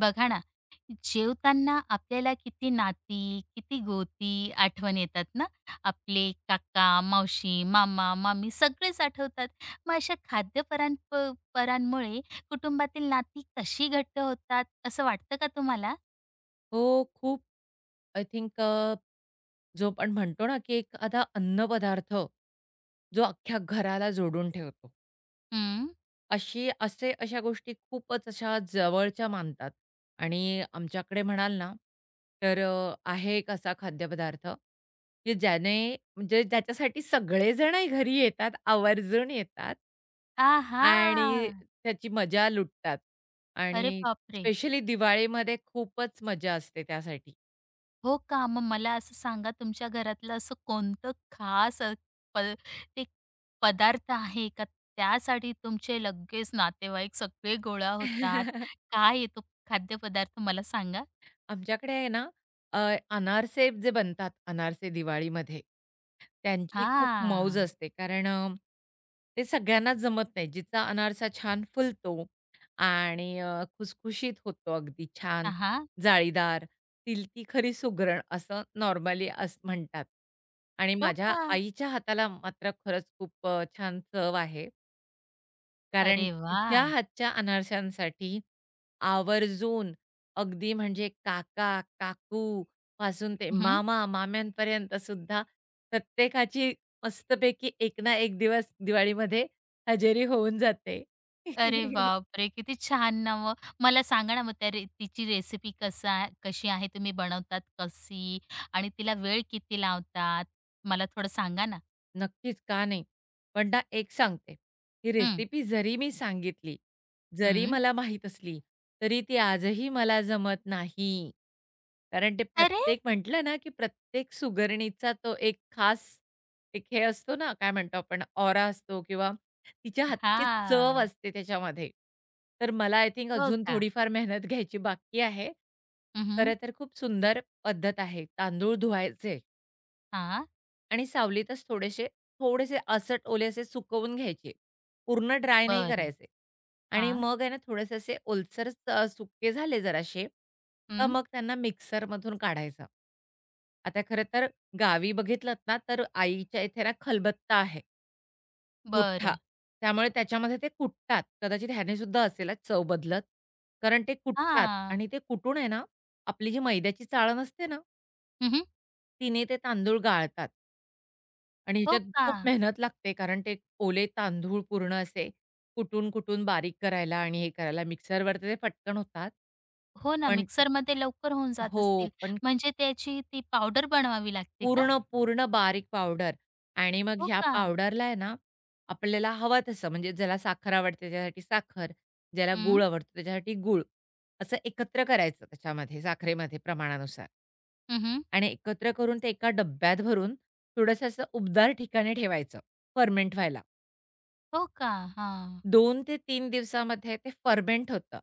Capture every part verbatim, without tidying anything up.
बघा ना, जेवताना आपल्याला किती नाती, किती गोती आठवण येतात ना. आपले काका, मावशी, मामा, मामी सगळेच आठवतात. मग अशा खाद्यपरां प परांमुळे कुटुंबातील नाती कशी घट्ट होतात असं वाटतं का तुम्हाला? हो, खूप आय थिंक अ, जो आपण म्हणतो ना, की एखादा अन्नपदार्थ जो अख्ख्या घराला जोडून ठेवतो. हं. अशी असे अशा गोष्टी खूपच अशा जवळच्या मानतात आणि आमच्याकडे म्हणाल ना, तर अ, आहे एक असा खाद्यपदार्थ, की ज्याने म्हणजे ज्याच्यासाठी सगळेजणही घरी येतात, आवर्जून येतात आणि आहा! त्याची मजा लुटतात अरे आणि बापरे! स्पेशली दिवाळीमध्ये खूपच मजा असते त्यासाठी. हो का? मग मला असं सांगा तुमच्या घरातलं असं कोणतं खास अ, प ते पदार्थ आहे का त्यासाठी तुमचे लगेच नातेवाईक सगळे गोळा होतात? काय आहे तो खाद्यपदार्थ मला सांगा? आमच्याकडे आहे ना अ, अनारसे जे बनतात, अनारसे दिवाळीमध्ये, त्यांची खूप मौज हां. असते. कारण अ, ते सगळ्यांनाच जमत नाही. जिचा अनारसा छान फुलतो आणि अ, खुसखुशीत होतो अगदी छान, हां, हां. जाळीदार, "तिल ती खरी सुगरण" असं नॉर्मली अस म्हणतात. आणि हो माझ्या का? आईच्या हाताला मात्र खरंच खूप अ, छान चव आहे. कारण अरे तिच्या वाह! हातच्या अनारशांसाठी आवर्जून अगदी म्हणजे काका, काकू पासून ते हं, हं. मामा, माम्यांपर्यंत सुद्धा प्रत्येकाची मस्तपैकी एक ना एक दिवस दिवाळीमध्ये हजेरी होऊन जाते. अरे बापरे! किती छान ना मग. मला सांगा ना मग त्या रे तिची रेसिपी कसा कशी आहे, तुम्ही बनवतात कशी? आणि तिला वेळ किती लावतात? मला थोडं सांगा ना? नक्कीच, का नाही? पण ना एक सांगते, ही हं. रेसिपी जरी मी सांगितली, जरी हं. मला माहीत असली, तरी ती आजही मला जमत नाही. कारण ते अरे! प्रत्येक म्हटलं ना, की प्रत्येक सुगरणीचा तो एक खास एक हे असतो ना, काय म्हणतो आपण ऑरा असतो किंवा तिच्या हातची चव हां. असते त्याच्यामध्ये. तर मला आय थिंक हो अजून का? थोडीफार मेहनत घ्यायची बाकी आहे. हं, हं. खरं तर खूप सुंदर पद्धत आहे तांदूळ धुवायचे. हां. आणि सावलीतच थोडेसे, थोडेसे असट ओले असे सुकवून घ्यायचे. पूर्ण ड्राय नाही बरं. करायचे. आणि हां. मग आहे ना थोडेसे असे ओलसर अ, सुके झाले जरासे, तर हं. मग त्यांना मिक्सरमधून काढायचं. आता खरं तर गावी बघितलत ना, तर आईच्या इथे ना खलबत्ता आहे, मोठा. बरं. त्यामुळे त्याच्यामध्ये ते कुटतात. कदाचित ह्याने सुद्धा असेल हां, चव बदलत. कारण ते कुटतात हां. आणि ते कुटून आहे ना, आपली जी मैद्याची चाळण असते ना, हं, हं. तिने ते तांदूळ गाळतात. आणि हो ह्याच्यात का? खूप मेहनत लागते कारण ते ओले तांदूळ पूर्ण असे कुटून-कुटून बारीक करायला आणि हे करायला मिक्सरवर तर ते पटकन होतात. हो ना, पण मिक्सरमध्ये लवकर होऊन जात हो, असतील. पण म्हणजे त्याची ती पावडर बनवावी लागते का? पूर्ण, पूर्ण बारीक पावडर आणि मग हो ह्या का? पावडरला आहे ना, आपल्याला हवं तसं म्हणजे ज्याला साखर आवडते त्याच्यासाठी साखर, ज्याला हं. गूळ आवडतो त्याच्यासाठी गूळ, असं एकत्र करायचं त्याच्यामध्ये साखरेमध्ये प्रमाणानुसार हं, आणि एकत्र करून ते एका डब्यात भरून थोडंसं असं उबदार ठिकाणी ठेवायचं फर्मेंट व्हायला. हो का? हा, दोन ते तीन दिवसामध्ये ते फर्मेंट होतं.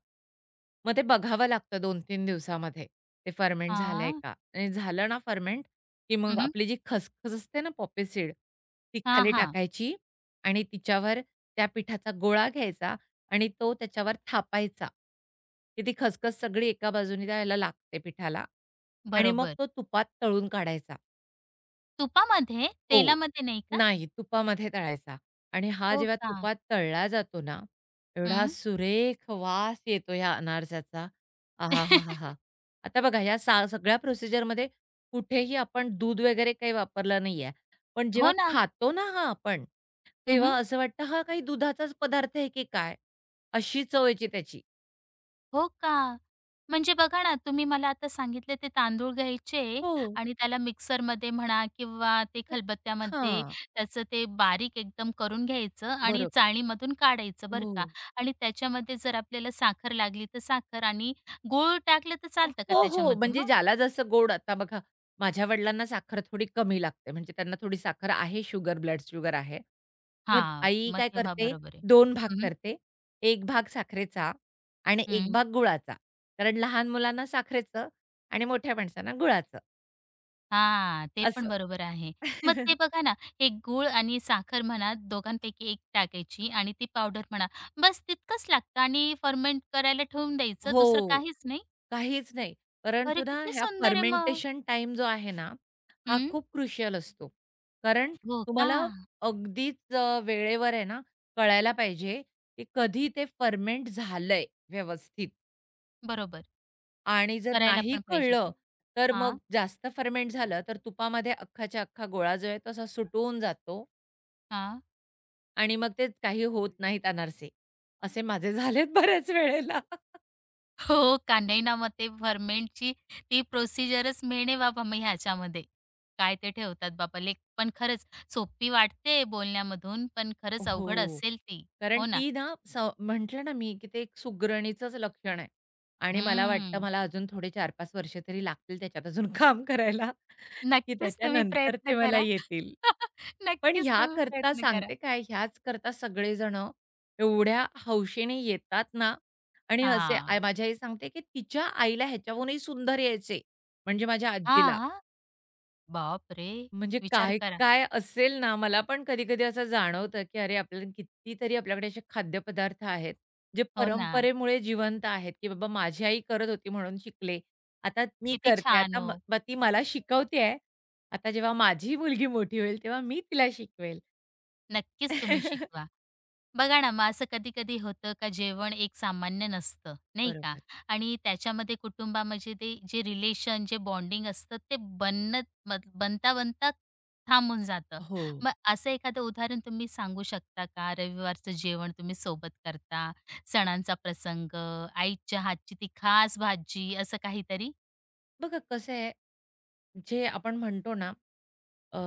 मग ते बघावं लागतं दोन ते तीन दिवसामध्ये ते फर्मेंट झालंय हां. का? आणि झालं ना फर्मेंट, की मग हं, आपली जी खसखस असते ना पॉपी सीड, ती हा, हां, खाली हां. टाकायची आणि तिच्यावर त्या पिठाचा गोळा घ्यायचा आणि तो त्याच्यावर थापायचा, की ती खसखस सगळी एका बाजूने त्याला लागते पिठाला आणि मग बरोबर. तो तुपात तळून काढायचा. तुपामध्ये? हो. तेलामध्ये नाही का? नाही, तुपामध्ये तळायचा आणि हा हो जेव्हा का? तुपात तळला जातो ना, एवढा हं. सुरेख वास येतो ह्या अनारसाचा. आहाहाहा! आता बघा ह्या सा सगळ्या प्रोसिजरमध्ये कुठेही आपण दूध वगैरे काही वापरलं नाहीये. पण जेव्हा हो ना. खातो ना हा आपण, तेव्हा असं वाटतं हा काही दुधाचाच पदार्थ आहे की काय? अशी चव यायची त्याची. हो का? म्हणजे बघा ना, तुम्ही मला आता सांगितले ते तांदूळ घ्यायचे हो. आणि त्याला मिक्सरमध्ये म्हणा किंवा ते खलबत्त्यामध्ये हां, त्याचं ते बारीक एकदम करून घ्यायचं आणि बरोबर. चाळणीमधून काढायचं बरं का. हो. आणि त्याच्यामध्ये जर आपल्याला साखर लागली तर साखर आणि गूळ टाकलं तर चालतं का हो, हो. त्याच्यामध्ये म्हणजे मग? ज्याला जसं गोड आता बघा, माझ्या वडिलांना साखर थोडी कमी लागते. म्हणजे त्यांना थोडी साखर आहे, शुगर ब्लड शुगर आहे. मग हां, आई मग काय तेव्हा करते, बरोबर आहे. दोन भाग हं, करते. एक भाग साखरेचा आणि एक हं. भाग गुळाचा. कारण लहान मुलांना साखरेचं आणि मोठ्या माणसांना गुळाचं हां, ते पण असं. बरोबर आहे. मग ते बघा ना, हे गूळ आणि साखर म्हणा, दोघांपैकी एक टाकायची आणि ती पावडर म्हणा, बस तितकंच लागतं आणि फर्मेंट करायला ठेवून द्यायचं, दुसरं हो. काहीच नाही. काहीच नाही. अरे, परंतु ना किती ह्या सुंदर आहे मग. फर्मेंटेशन टाइम जो आहे ना, हा हं, खूप क्रुशियल असतो. कारण हो का? तुम्हाला अगदीच अ, वेळेवर आहे ना, कळायला पाहिजे, की कधी ते फर्मेंट झालंय व्यवस्थित बरोबर. आणि जर करायला नाही पण पाहिजे ते. कळलं, तर मग हां, जास्त फर्मेंट झालं, तर तुपामध्ये अख्खाच्या अख्खा गोळा जो आहे तो असा सुटून जातो हां. आणि मग ते काही होत नाहीत अनारसे. असे माझे झालेत बऱ्याच वेळेला. हो का? नाही ना, मग ते फर्मेंटची ती प्रोसिजरच मेन आहे बाबा मग ह्याच्यामध्ये. काय ते ठेवतात बाबा लेख. पण खरंच सोपी वाटते बोलण्यामधून, पण खरंच अवघड हो. असेल ती. कारण हो ना? ती ना स म्हटलं ना मी, की ते एक सुगरणीचंच लक्षण आहे आणि मला वाटतं हं. मला अजून थोडे चार ते पाच वर्ष तरी लागतील त्याच्यात अजून काम करायला, की नक्कीच तुम्ही त्याच्यानंतर प्रयत्न ते मला करा. येतील. पण नक्कीच तुम्ही ह्याकरता प्रयत्न करा. सांगते काय, ह्याचकरता सगळेजणं एवढ्या हौशेने येतात ना आणि असे आई, हां. माझी आई सांगते, की तिच्या आईला ह्याच्याहूनही सुंदर यायचे, म्हणजे माझ्या आजीला. हां. बापरे! म्हणजे विचार करा. काय-काय असेल ना, मला पण कधी-कधी असं जाणवतं, की अरे, आपल्याला कितीतरी आपल्याकडे असे खाद्यपदार्थ आहेत, जे हो ना. परंपरेमुळे जिवंत आहेत, की बाबा माझी आई करत होती म्हणून शिकले. आता मी किती करते. छान आता हो. म मग ती मला शिकवते आहे. आता जेव्हा माझी मुलगी मोठी होईल, तेव्हा मी तिला शिकवेल. नक्कीच तुम्ही शिकवा. बघा ना, मग असं कधी-कधी होतं का जेवण एक सामान्य नसतं, नाही का? बरोबर. आणि त्याच्यामध्ये कुटुंबामध्ये ते जे रिलेशन, जे बॉन्डिंग असतं ते बनत बन बनता-बनता थांबून जातं. हो. मग असं एखादं उदाहरण तुम्ही सांगू शकता का? रविवारचं जेवण तुम्ही सोबत करता, सणांचा प्रसंग, आईच्या हातची ती खास भाजी असं काहीतरी? बघा कसं आहे, जे आपण म्हणतो ना, अ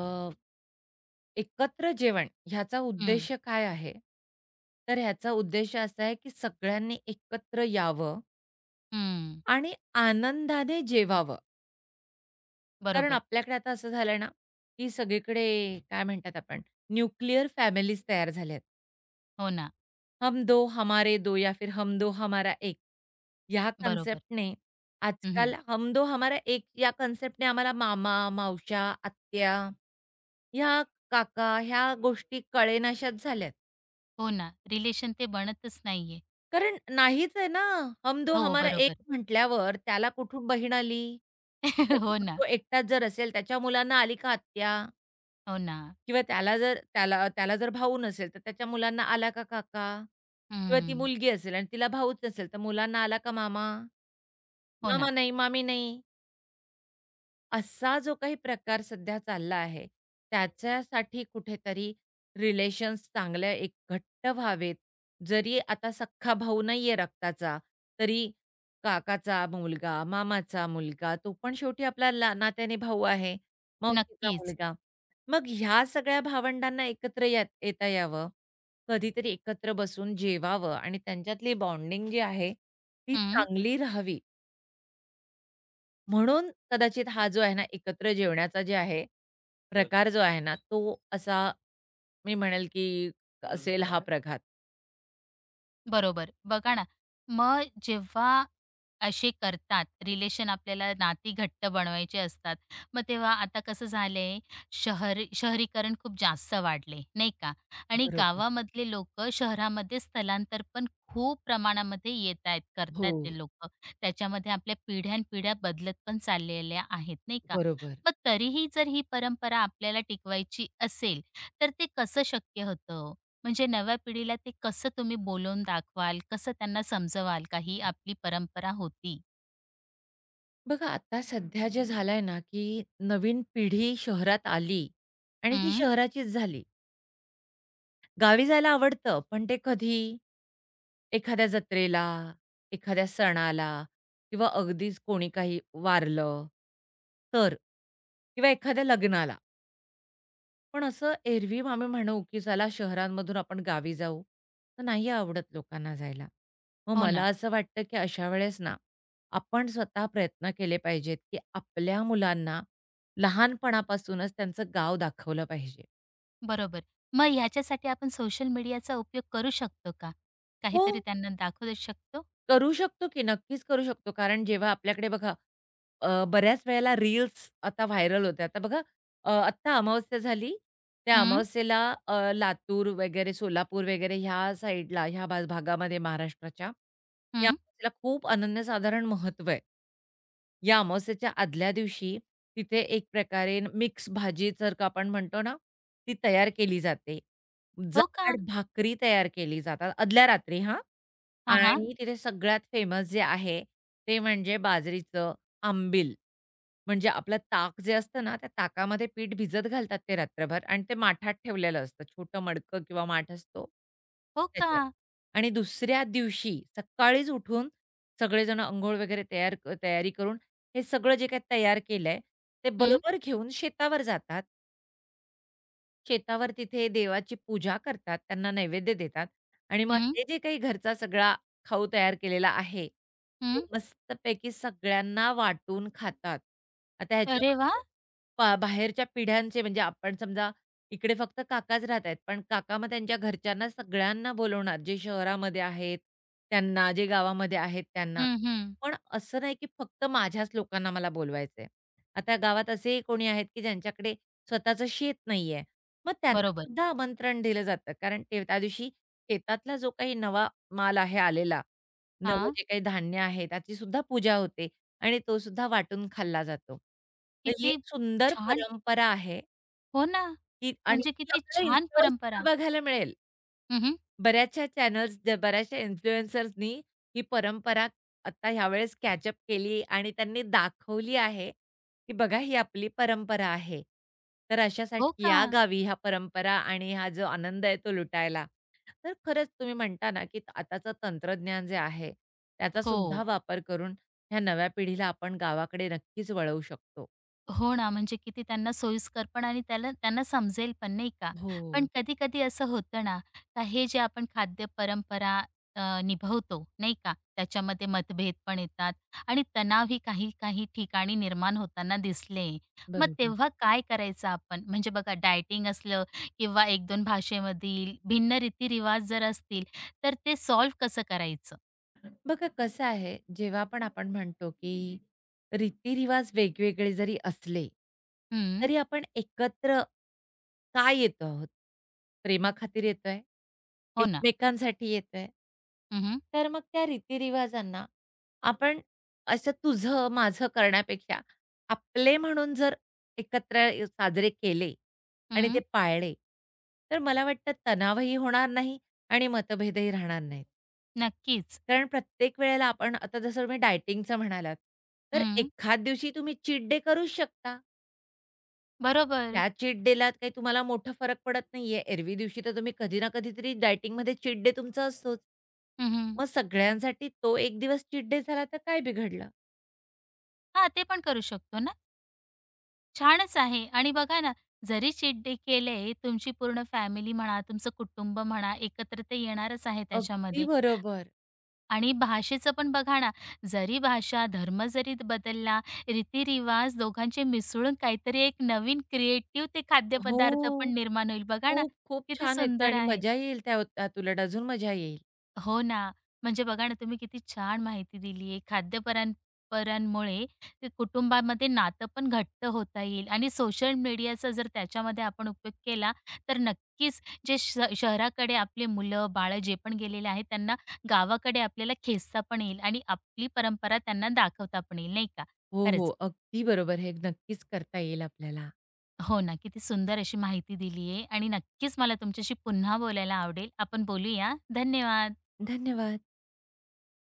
एकत्र जेवण ह्याचा हं, उद्देश काय आहे? तर ह्याचा उद्देश असा आहे, की सगळ्यांनी एकत्र यावं हं. आणि आनंदाने जेवावं. कारण बरोबर. आपल्याकडे आता असं झालंय ना, की सगळीकडे काय म्हणतात आपण न्यूक्लिअर फॅमिलीज तयार झाल्यात. हो ना. हम दो हमारे दो या फिर हम दो हमारा एक. या बरोबर. कन्सेप्टने हं, हं. आजकाल हम दो हमारा एक या कन्सेप्टने आम्हाला मामा, मावश्या, आत्या, ह्या काका ह्या गोष्टी कळेनाशाच झाल्यात. हो ना. रिलेशन ते बनतच नाहीये. कारण नाहीच आहे ना, हम दो हो, हमारा एक बरोबर. म्हटल्यावर त्याला कुठून बहीण आली? घरी. हो मग ना. तो एकटाच जर असेल, त्याच्या मुलांना आली का आत्या हो ना. किंवा त्याला जर त्याला त्याला जर भाऊ नसेल, तर त्याच्या मुलांना आला का काका? किंवा ती हं, मुलगी असेल आणि तिला भाऊच नसेल, तर मुलांना आला का मामा? हो मामा ना. नाही, मामी नाही. असा जो काही प्रकार सध्या चालला आहे, त्याच्यासाठी कुठेतरी रिलेशन्स चांगल्या एक घट्ट व्हावेत. जरी आता सख्खा भाऊ नाहीये रक्ताचा, तरी काकाचा मुलगा, मामाचा मुलगा, तो पण शेवटी आपला ला नात्याने भाऊ आहे, मावशीचा नक्कीच. मुलगा. मग ह्या सगळ्या भावंडांना एकत्र या येता यावं, कधीतरी एकत्र बसून जेवावं आणि त्यांच्यातली बॉन्डिंग जी आहे, ती हं, चांगली राहावी. म्हणून कदाचित हा जो आहे ना, एकत्र जेवण्याचा जे आहे, बरं, प्रकार जो आहे ना, तो असा मी म्हणेल की असेल हा परंपरा आहे. प्रघात. बरोबर. बघा ना, मग जेव्हा असे करतात, रिलेशन आपल्याला नाती घट्ट बनवायचे असतात, मग तेव्हा आता कसं झालंय, शहरी शहरीकरण खूप जास्त वाढले, नाही का? आणि बरोबर. गावामधले लोकं शहरामध्ये स्थलांतर पण खूप प्रमाणामध्ये येत आहेत, करत हो, आहेत ते लोक, त्याच्यामध्ये आपल्या पिढ्यानपिढ्या बदलत पण चाललेल्या आहेत, नाही का? बरोबर. मग तरीही जर ही परंपरा आपल्याला टिकवायची असेल, तर ते कसं शक्य होतं, म्हणजे नव्या पिढीला ते कसं तुम्ही बोलवून दाखवाल, कसं त्यांना समजवाल का ही आपली परंपरा होती? बघा आता सध्या जे झालंय ना, की नवीन पिढी शहरात आली आणि ती हं, शहराचीच झाली. गावी जायला आवडतं, पण ते कधी? एखाद्या जत्रेला, एखाद्या सणाला किंवा अगदीच कोणी काही वारलं तर किंवा एखाद्या लग्नाला. पण असं एरवी आम्ही म्हणू, की चला शहरांमधून आपण गावी जाऊ, तर नाही आवडत लोकांना जायला. मग हो मला ना, असं वाटतं, की अशा वेळेस ना, आपण स्वतः प्रयत्न केले पाहिजेत, की आपल्या मुलांना लहानपणापासूनच त्यांचं गाव दाखवलं पाहिजे. बरोबर. मग ह्याच्यासाठी आपण सोशल मीडियाचा उपयोग करू शकतो का? हो. काहीतरी त्यांना दाखवू शकतो? करू शकतो की नक्कीच करू शकतो. कारण जेव्हा आपल्याकडे बघा अ, बऱ्याच वेळेला रील्स आता व्हायरल होते. आता बघा अ, आत्ता अमावस्या झाली. त्या हं, अमावस्येला अ, लातूर वगैरे, सोलापूर वगैरे ह्या साइडला, ह्या भा भागामध्ये महाराष्ट्राच्या, या हं. अमावस्येला खूप अनन्यसाधारण महत्त्व आहे. या अमावस्येच्या आदल्या दिवशी तिथे एक प्रकारे मिक्स भाजी सारखं आपण म्हणतो ना, ती तयार केली जाते. हो का? जाड भाकरी तयार केली जातात आदल्या रात्री हां. हां, हां. आणि तिथे सगळ्यात फेमस जे आहे, ते म्हणजे बाजरीचं आंबील. म्हणजे आपलं ताक जे असतं ना, त्या ताकामध्ये पीठ भिजत घालतात ते रात्रभर आणि ते माठात ठेवलेलं असतं. छोटं मडकं किंवा माठ असतो हो का? त्याच्यात. आणि दुसऱ्या दिवशी सकाळीच उठून सगळेजण अंघोळ वगैरे तयार क- तयारी करून हे सगळं जे काही तयार केलंय, ते हं, बरोबर घेऊन शेतावर जातात. शेतावर तिथे देवाची पूजा करतात, त्यांना नैवेद्य देतात आणि मग हं, हे जे काही घरचा सगळा खाऊ तयार केलेला आहे, तो हं. मस्तपैकी सगळ्यांना वाटून खातात. आता अरे ह्याच्यामध्ये वाह! पा बाहेरच्या पिढ्यांचे म्हणजे आपण समजा इकडे फक्त काकाच राहतायत, पण काका मग त्यांच्या घरच्यांना सगळ्यांना बोलवणार, जे शहरामध्ये आहेत त्यांना, जे गावामध्ये आहेत त्यांना. हं, हं. पण असं नाही की फक्त माझ्याच लोकांना मला बोलवायचंय. आता गावात असेही कोणी आहेत की ज्यांच्याकडे स्वतःचं शेत नाहीये. मग बरोबर. त्यांनासुद्धा आमंत्रण दिलं जातं. कारण ते त्या दिवशी शेतातला जो काही नवा माल आहे आलेला, नवं हां. जे काही धान्य आहे त्याचीसुद्धा पूजा होते आणि तोसुद्धा वाटून खाल्ला जातो. तर ही किती एक सुंदर छान. परंपरा आहे, हो ना, की आणि म्हणजे ही किती आपल्याला छान परंपरा. Instagramवरसुद्धा बघायला मिळेल. हं, हं. बऱ्याचशा चॅनल्स, बऱ्याचशा इन्फ्लुएन्सर्सनी ही परंपरा आता ह्यावेळेस कॅच अप केली आणि त्यांनी दाखवली आहे, की बघा ही आपली परंपरा आहे. तर हो अशासाठी का? या गावी ह्या परंपरा आणि हा जो आनंद आहे तो लुटायला. तर खरंच तुम्ही म्हणता ना, की आताचं तंत्रज्ञान जे आहे, त्याचासुद्धा हो. वापर करून ह्या नव्या पिढीला आपण गावाकडे नक्कीच वळवू शकतो. हो ना, म्हणजे किती त्यांना सोयीस्कर पण आणि त्याला त्यांना समजेल पण नाही का? पण हो, कधी-कधी असं होतं ना, का हे जे आपण खाद्य परंपरा अ, निभवतो नाही का? त्याच्यामध्ये मतभेद पण येतात आणि तणावही काही-काही ठिकाणी निर्माण होताना दिसले. मग बरोबर. तेव्हा काय करायचं आपण? म्हणजे बघा डायटिंग असलं किंवा एक दोन भाषेमधील भिन्न रीती जर असतील, तर ते सॉल्व्ह कसं करायचं? बघा कसं आहे, जेव्हा पण आपण म्हणतो की रीतीरिवाज वेगवेगळे जरी असले, हं, तरी आपण एकत्र का येतो आहोत? प्रेमाखातीर येतोय? हो ना. एकमेकांसाठी येतोय? हं, हं. तर मग त्या रीतीरिवाजांना आपण असं तुझं, माझं करण्यापेक्षा आपले म्हणून जर एकत्र साजरे केले आणि ते पाळले, तर मला वाटतं तणावही होणार नाही आणि मतभेदही राहणार नाहीत. नक्कीच. कारण प्रत्येक वेळेला आपण आता जसं तुम्ही डायटिंगचं म्हणालात, तर हं, एखाद दिवशी तुम्ही चीट डे करूच शकता. बरोबर. त्या चीट डेला काही तुम्हाला मोठा फरक पडत नाहीये. एरवी दिवशी तर तुम्ही कधी ना कधीतरी डायटिंगमध्ये चीट डे तुमचा असतोच. हं. मग सगळ्यांसाठी तो एक दिवस चीट डे झाला तर काय बिघडलं? हां, ते पण करू शकतो ना. छानच आहे आणि बघा ना, जरी चीट डे केले, तुमची पूर्ण फॅमिली म्हणा, तुमचं कुटुंब म्हणा, एकत्र ते येणारच आहे अगदी त्याच्यामध्ये. बरोबर. आणि भाषेचं पण बघा ना, जरी भाषा, धर्म जरी बदलला, रीतिरिवाज दोघांचे मिसळून काहीतरी एक नवीन क्रिएटिव्ह ते हो. खाद्यपदार्थ पण निर्माण होईल. बघा ना, खूप, खूप किती छान येतं सुंदर आणि आहे. मजा येईल त्या त्यात उलट अजून मजा येईल. हो ना. म्हणजे बघा ना, तुम्ही किती छान माहिती दिली आहे. खाद्यपरां परांमुळे ते कुटुंबामध्ये नातं पण घट्ट होता येईल आणि सोशल मीडियाचा जर त्याच्यामध्ये आपण उपयोग केला, तर नक्कीच जे श शहराकडे आपले मुलं-बाळं जे पण गेलेले आहेत, त्यांना गावाकडे आपल्याला खेचता पण येईल आणि आपली परंपरा त्यांना दाखवता पण येईल, नाही का? हो, हो. खरंच. अगदी बरोबर. हे नक्कीच करता येईल आपल्याला. हो ना, किती सुंदर अशी माहिती दिली आहे आणि नक्कीच मला तुमच्याशी पुन्हा बोलायला आवडेल. आपण बोलूया. धन्यवाद. धन्यवाद.